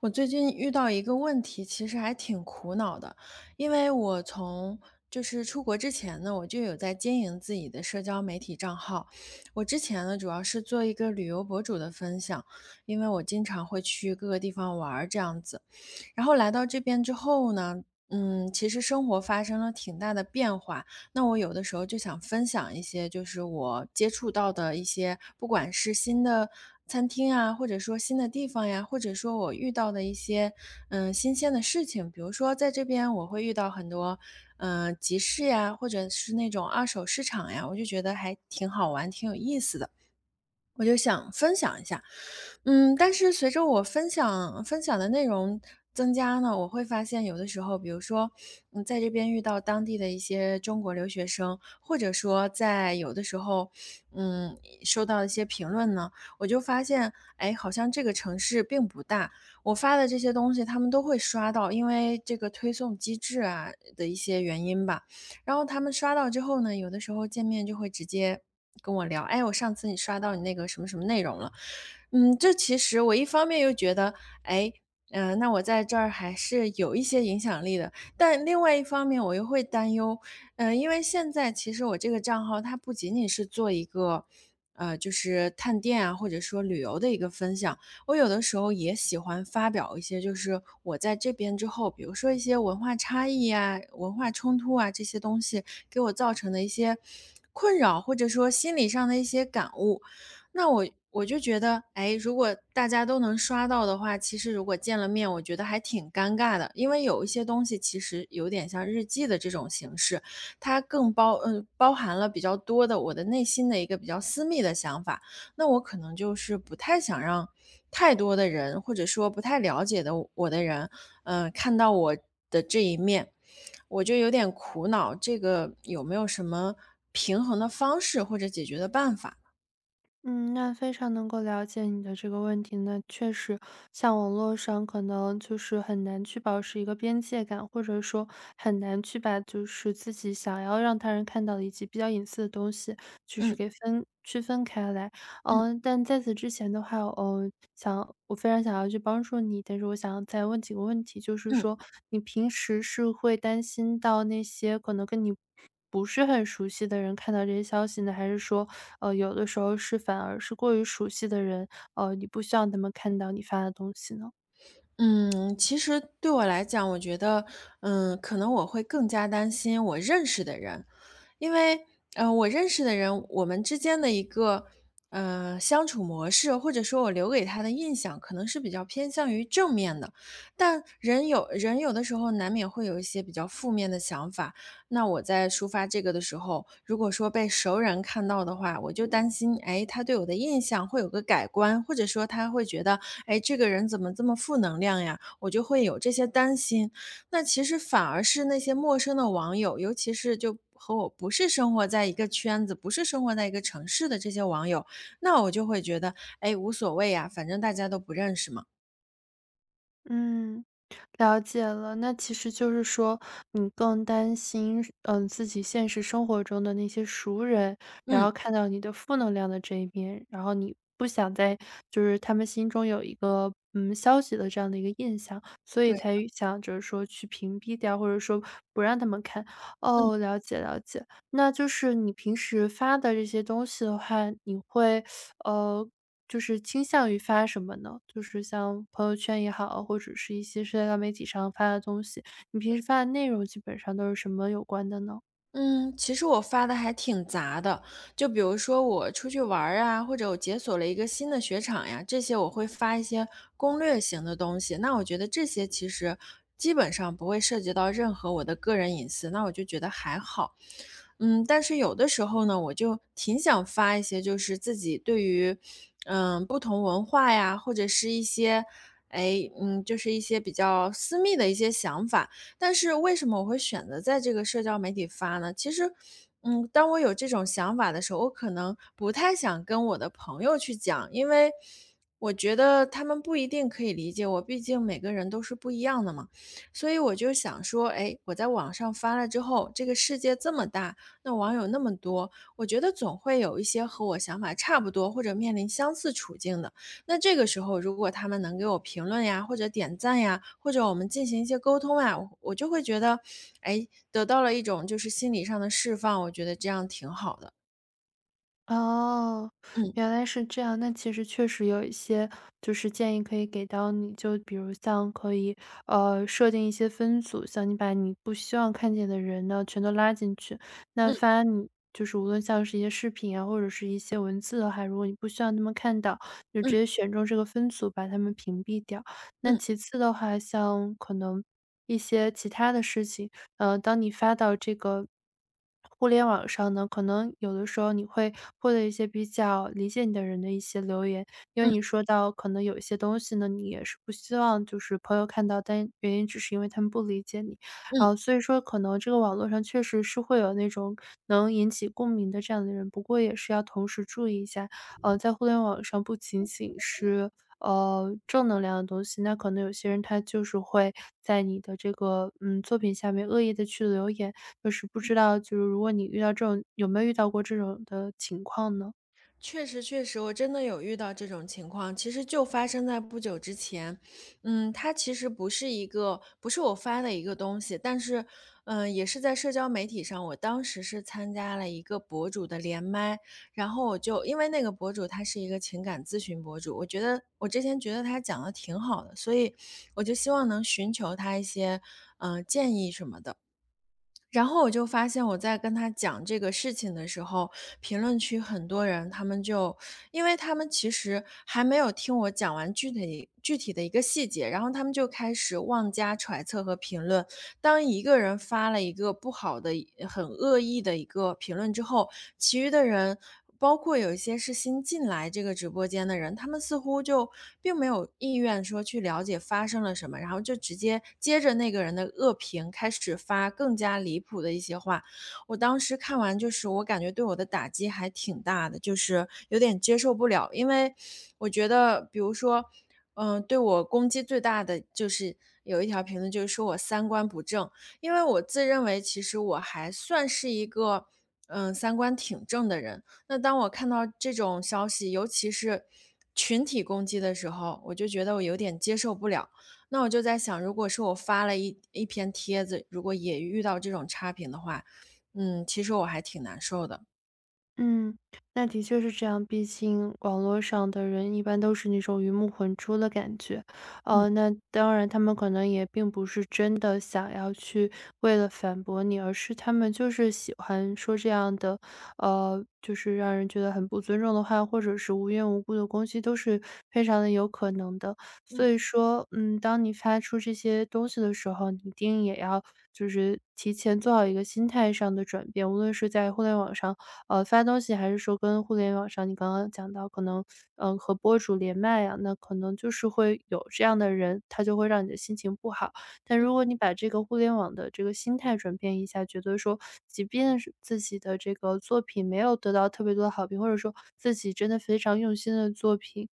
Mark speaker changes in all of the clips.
Speaker 1: 我最近遇到一个问题，其实还挺苦恼的，因为我从出国之前呢，我就有在经营自己的社交媒体账号。我之前呢，主要是做一个旅游博主的分享，因为我经常会去各个地方玩儿这样子。然后来到这边之后呢，其实生活发生了挺大的变化。那我有的时候就想分享一些，就是我接触到的一些，不管是新的餐厅啊，或者说新的地方呀，或者说我遇到的一些，新鲜的事情。比如说在这边我会遇到很多，集市呀，或者是那种二手市场呀，我就觉得还挺好玩，挺有意思的，我就想分享一下。但是随着我分享的内容增加呢，我会发现有的时候，比如说，在这边遇到当地的一些中国留学生，或者说在有的时候，嗯，收到一些评论呢，我就发现，哎，好像这个城市并不大，我发的这些东西他们都会刷到，因为这个推送机制啊的一些原因吧。然后他们刷到之后呢，有的时候见面就会直接跟我聊："哎，我上次你刷到你那个什么什么内容了。"嗯，这其实我一方面又觉得，哎，那我在这儿还是有一些影响力的，但另外一方面我又会担忧，因为现在其实我这个账号它不仅仅是做一个，就是探店啊，或者说旅游的一个分享，我有的时候也喜欢发表一些，就是我在这边之后，比如说一些文化差异啊、文化冲突啊这些东西给我造成的一些困扰，或者说心理上的一些感悟。那我就觉得，哎，如果大家都能刷到的话，其实如果见了面，我觉得还挺尴尬的，因为有一些东西其实有点像日记的这种形式，它更包嗯包含了比较多的我的内心的一个比较私密的想法。那我可能就是不太想让太多的人，或者说不太了解的我的人，看到我的这一面，我就有点苦恼，这个有没有什么平衡的方式或者解决的办法？
Speaker 2: 嗯，那非常能够了解你的这个问题呢。确实，像网络上可能就是很难去保持一个边界感，或者说很难去把就是自己想要让他人看到的以及比较隐私的东西，就是给
Speaker 1: 嗯
Speaker 2: 分区分开来。
Speaker 1: 嗯
Speaker 2: 嗯，但在此之前的话，想我非常想要去帮助你，但是我想再问几个问题，就是
Speaker 1: 嗯,
Speaker 2: 说你平时是会担心到那些可能跟你不是很熟悉的人看到这些消息呢？还是说，有的时候是反而是过于熟悉的人，你不希望他们看到你发的东西呢？
Speaker 1: 嗯，其实对我来讲，我觉得，可能我会更加担心我认识的人，因为，我认识的人，我们之间的一个，相处模式，或者说我留给他的印象，可能是比较偏向于正面的。但人有的时候难免会有一些比较负面的想法，那我在抒发这个的时候，如果说被熟人看到的话，我就担心，哎，他对我的印象会有个改观，或者说他会觉得，哎，这个人怎么这么负能量呀？我就会有这些担心。那其实反而是那些陌生的网友，尤其是就和我不是生活在一个圈子，不是生活在一个城市的这些网友，那我就会觉得，哎，无所谓呀，反正大家都不认识嘛。
Speaker 2: 嗯，了解了。那其实就是说，你更担心，嗯，自己现实生活中的那些熟人，然
Speaker 1: 嗯，
Speaker 2: 后看到你的负能量的这一面，然后你不想在就是他们心中有一个消极的这样的一个印象，所以
Speaker 1: 对。
Speaker 2: 才想着说去屏蔽掉，或者说不让他们看。
Speaker 1: 嗯。
Speaker 2: 哦，了解了解。那就是你平时发的这些东西的话，呃。就是倾向于发什么呢？就是像朋友圈也好，或者是一些社交媒体上发的东西，你平时发的内容基本上都是什么有关的呢？
Speaker 1: 嗯，其实我发的还挺杂的，就比如说我出去玩儿啊，或者我解锁了一个新的雪场呀，这些我会发一些攻略型的东西。那我觉得这些其实基本上不会涉及到任何我的个人隐私，那我就觉得还好。但是有的时候呢，我就挺想发一些，就是自己对于不同文化呀，或者是一些就是一些比较私密的一些想法。但是为什么我会选择在这个社交媒体发呢？其实，当我有这种想法的时候，我可能不太想跟我的朋友去讲，因为我觉得他们不一定可以理解我，毕竟每个人都是不一样的嘛。所以我就想说，哎，我在网上发了之后，这个世界这么大，那网友那么多，我觉得总会有一些和我想法差不多或者面临相似处境的。那这个时候，如果他们能给我评论呀，或者点赞呀，或者我们进行一些沟通啊，我就会觉得，哎，得到了一种就是心理上的释放，我觉得这样挺好的。
Speaker 2: 哦，原来是这样。那其实确实有一些就是建议可以给到你，就比如像可以设定一些分组，像你把你不希望看见的人呢全都拉进去，那
Speaker 1: 嗯
Speaker 2: 发你就是无论像是一些视频啊，或者是一些文字的话，如果你不希望他们看到，就直
Speaker 1: 嗯
Speaker 2: 接选中这个分组把他们屏蔽掉。那
Speaker 1: 嗯
Speaker 2: 其次的话，像可能一些其他的事情，当你发到这个互联网上呢，可能有的时候你会获得一些比较理解你的人的一些留言，因为
Speaker 1: 嗯,
Speaker 2: 你说到可能有一些东西呢，你也是不希望就是朋友看到，但原因只是因为他们不理解你，
Speaker 1: 嗯。
Speaker 2: 啊，所以说可能这个网络上确实是会有那种能引起共鸣的这样的人，不过也是要同时注意一下，在互联网上不仅仅是正能量的东西，那可能有些人他就是会在你的这个，嗯，作品下面恶意的去留言，就是不知道就是如果你遇到这种有没有遇到过这种的情况呢？
Speaker 1: 确实，确实，我真的有遇到这种情况，其实就发生在不久之前。嗯，它其实不是一个，不是我发的一个东西，但是，也是在社交媒体上，我当时是参加了一个博主的连麦，然后我就因为那个博主他是一个情感咨询博主，我觉得我之前觉得他讲的挺好的，所以我就希望能寻求他一些，建议什么的。然后我就发现我在跟他讲这个事情的时候，评论区很多人他们就因为他们其实还没有听我讲完具体的一个细节，然后他们就开始妄加揣测和评论，当一个人发了一个不好的、很恶意的一个评论之后，其余的人，包括有一些是新进来这个直播间的人，他们似乎就并没有意愿说去了解发生了什么，然后就直接接着那个人的恶评开始发更加离谱的一些话。我当时看完，就是我感觉对我的打击还挺大的，就是有点接受不了，因为我觉得，比如说。对我攻击最大的就是有一条评论，就是说我三观不正。因为我自认为其实我还算是一个，三观挺正的人。那当我看到这种消息，尤其是群体攻击的时候，我就觉得我有点接受不了。那我就在想，如果是我发了一篇帖子，如果也遇到这种差评的话，嗯，其实我还挺难受的。
Speaker 2: 嗯，那的确是这样，毕竟网络上的人一般都是那种鱼目混珠的感觉，
Speaker 1: 嗯
Speaker 2: 那当然他们可能也并不是真的想要去为了反驳你，而是他们就是喜欢说这样的，就是让人觉得很不尊重的话，或者是无缘无故的攻击，都是非常的有可能的。所
Speaker 1: 嗯
Speaker 2: 以说，嗯，当你发出这些东西的时候，你一定也要就是提前做好一个心态上的转变，无论是在互联网上，发东西，还是说跟互联网上你刚刚讲到可能，和博主连麦啊，那可能就是会有这样的人，他就会让你的心情不好。但如果
Speaker 1: 嗯
Speaker 2: 你把这个互联网的这个心态转变一下，觉得说，即便是自己的这个作品没有得到特别多的好评，或者说自己真的非常用心的作品，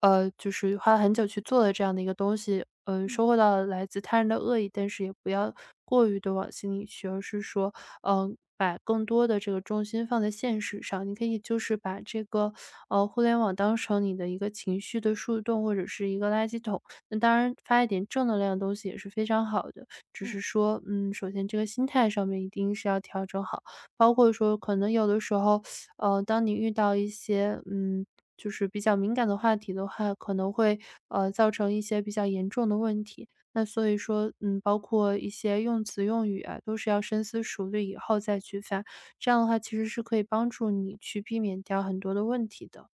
Speaker 2: 就是花了很久去做了这样的一个东西，收获到了来自他人的恶意，但是也不要过于的往心里去，而是说，嗯，把更多的这个重心放在现实上。你可以就是把这个互联网当成你的一个情绪的树洞或者是一个垃圾桶，那当然发一点正能量的东西也是非常好的，只
Speaker 1: 嗯。
Speaker 2: 是说，嗯，首先这个心态上面一定是要调整好，包括说可能有的时候，当你遇到一些，嗯，就是比较敏感的话题的话，可能会，造成一些比较严重的问题。那所以说，嗯，包括一些用词用语啊，都是要深思熟虑以后再去发，这样的话其实是可以帮助你去避免掉很多的问题的。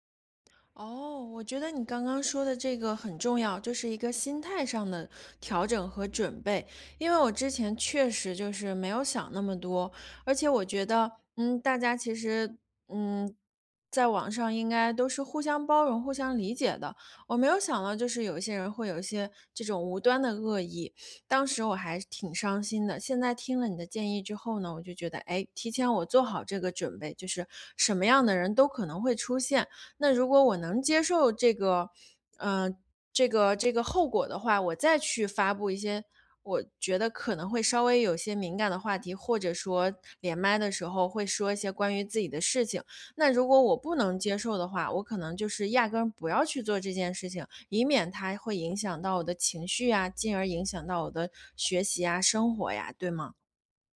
Speaker 1: 哦，我觉得你刚刚说的这个很重要，就是一个心态上的调整和准备。因为我之前确实就是没有想那么多，而且我觉得，大家其实，嗯，在网上应该都是互相包容、互相理解的。我没有想到，就是有一些人会有一些这种无端的恶意，当时我还挺伤心的。现在听了你的建议之后呢，我就觉得，哎，提前我做好这个准备，就是什么样的人都可能会出现。那如果我能接受这个，嗯，呃这个后果的话，我再去发布一些我觉得可能会稍微有些敏感的话题，或者说连麦的时候会说一些关于自己的事情。那如果我不能接受的话，我可能就是压根儿不要去做这件事情，以免它会影响到我的情绪呀，进而影响到我的学习啊、生活呀，对吗？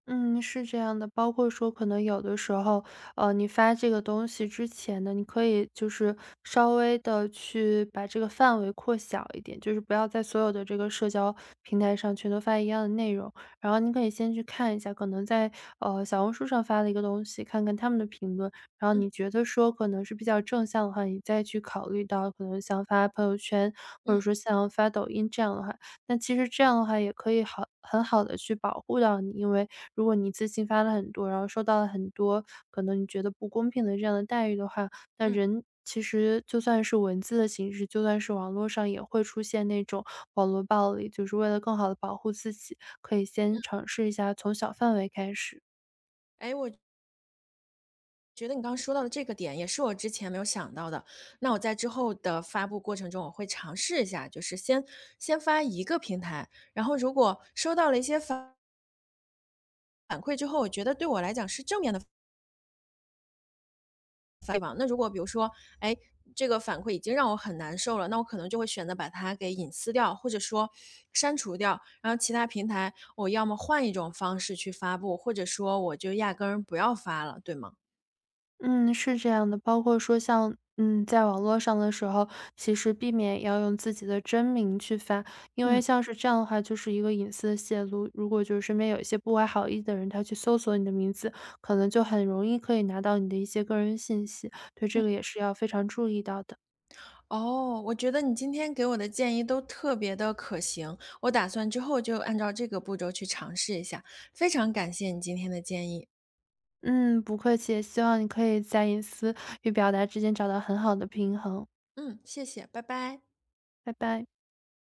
Speaker 2: 嗯，是这样的，包括说可能有的时候，你发这个东西之前呢，你可以就是稍微的去把这个范围扩小一点，就是不要在所有的这个社交平台上全都发一样的内容。然后你可以先去看一下，可能在，小红书上发了一个东西，看看他们的评论，然后
Speaker 1: 嗯
Speaker 2: 你觉得说可能是比较正向的话，你再去考虑到可能像发朋友圈，或者
Speaker 1: 嗯
Speaker 2: 说像发抖音这样的话。那其实这样的话也可以好很好的去保护到你，因为如果你一次性发了很多，然后受到了很多可能你觉得不公平的这样的待遇的话，那
Speaker 1: 嗯，
Speaker 2: 人其实就算是文字的形式，就算是网络上也会出现那种网络暴力，就是为了更好的保护自己，可以先尝试一下从小范围开始。
Speaker 1: 哎，我觉得你刚刚说到的这个点也是我之前没有想到的，那我在之后的发布过程中，我会尝试一下，就是先发一个平台，然后如果收到了一些反馈之后，我觉得对我来讲是正面的反馈吧。那如果比如说，哎，这个反馈已经让我很难受了，那我可能就会选择把它给隐私掉，或者说删除掉，然后其他平台我要么换一种方式去发布，或者说我就压根儿不要发了，对吗？
Speaker 2: 嗯，是这样的，包括说像嗯，在网络上的时候，其实避免要用自己的真名去发，因为
Speaker 1: 嗯。
Speaker 2: 像是这样的话，就是一个隐私的泄露。如果就是身边有一些不怀好意的人，他去搜索你的名字，可能就很容易可以拿到你的一些个人信息，对这个也是要非常注意到的。
Speaker 1: 哦，我觉得你今天给我的建议都特别的可行，我打算之后就按照这个步骤去尝试一下。非常感谢你今天的建议，
Speaker 2: 嗯，不客气，希望你可以在隐私与表达之间找到很好的平衡，
Speaker 1: 嗯，谢谢，拜拜。
Speaker 2: 拜拜。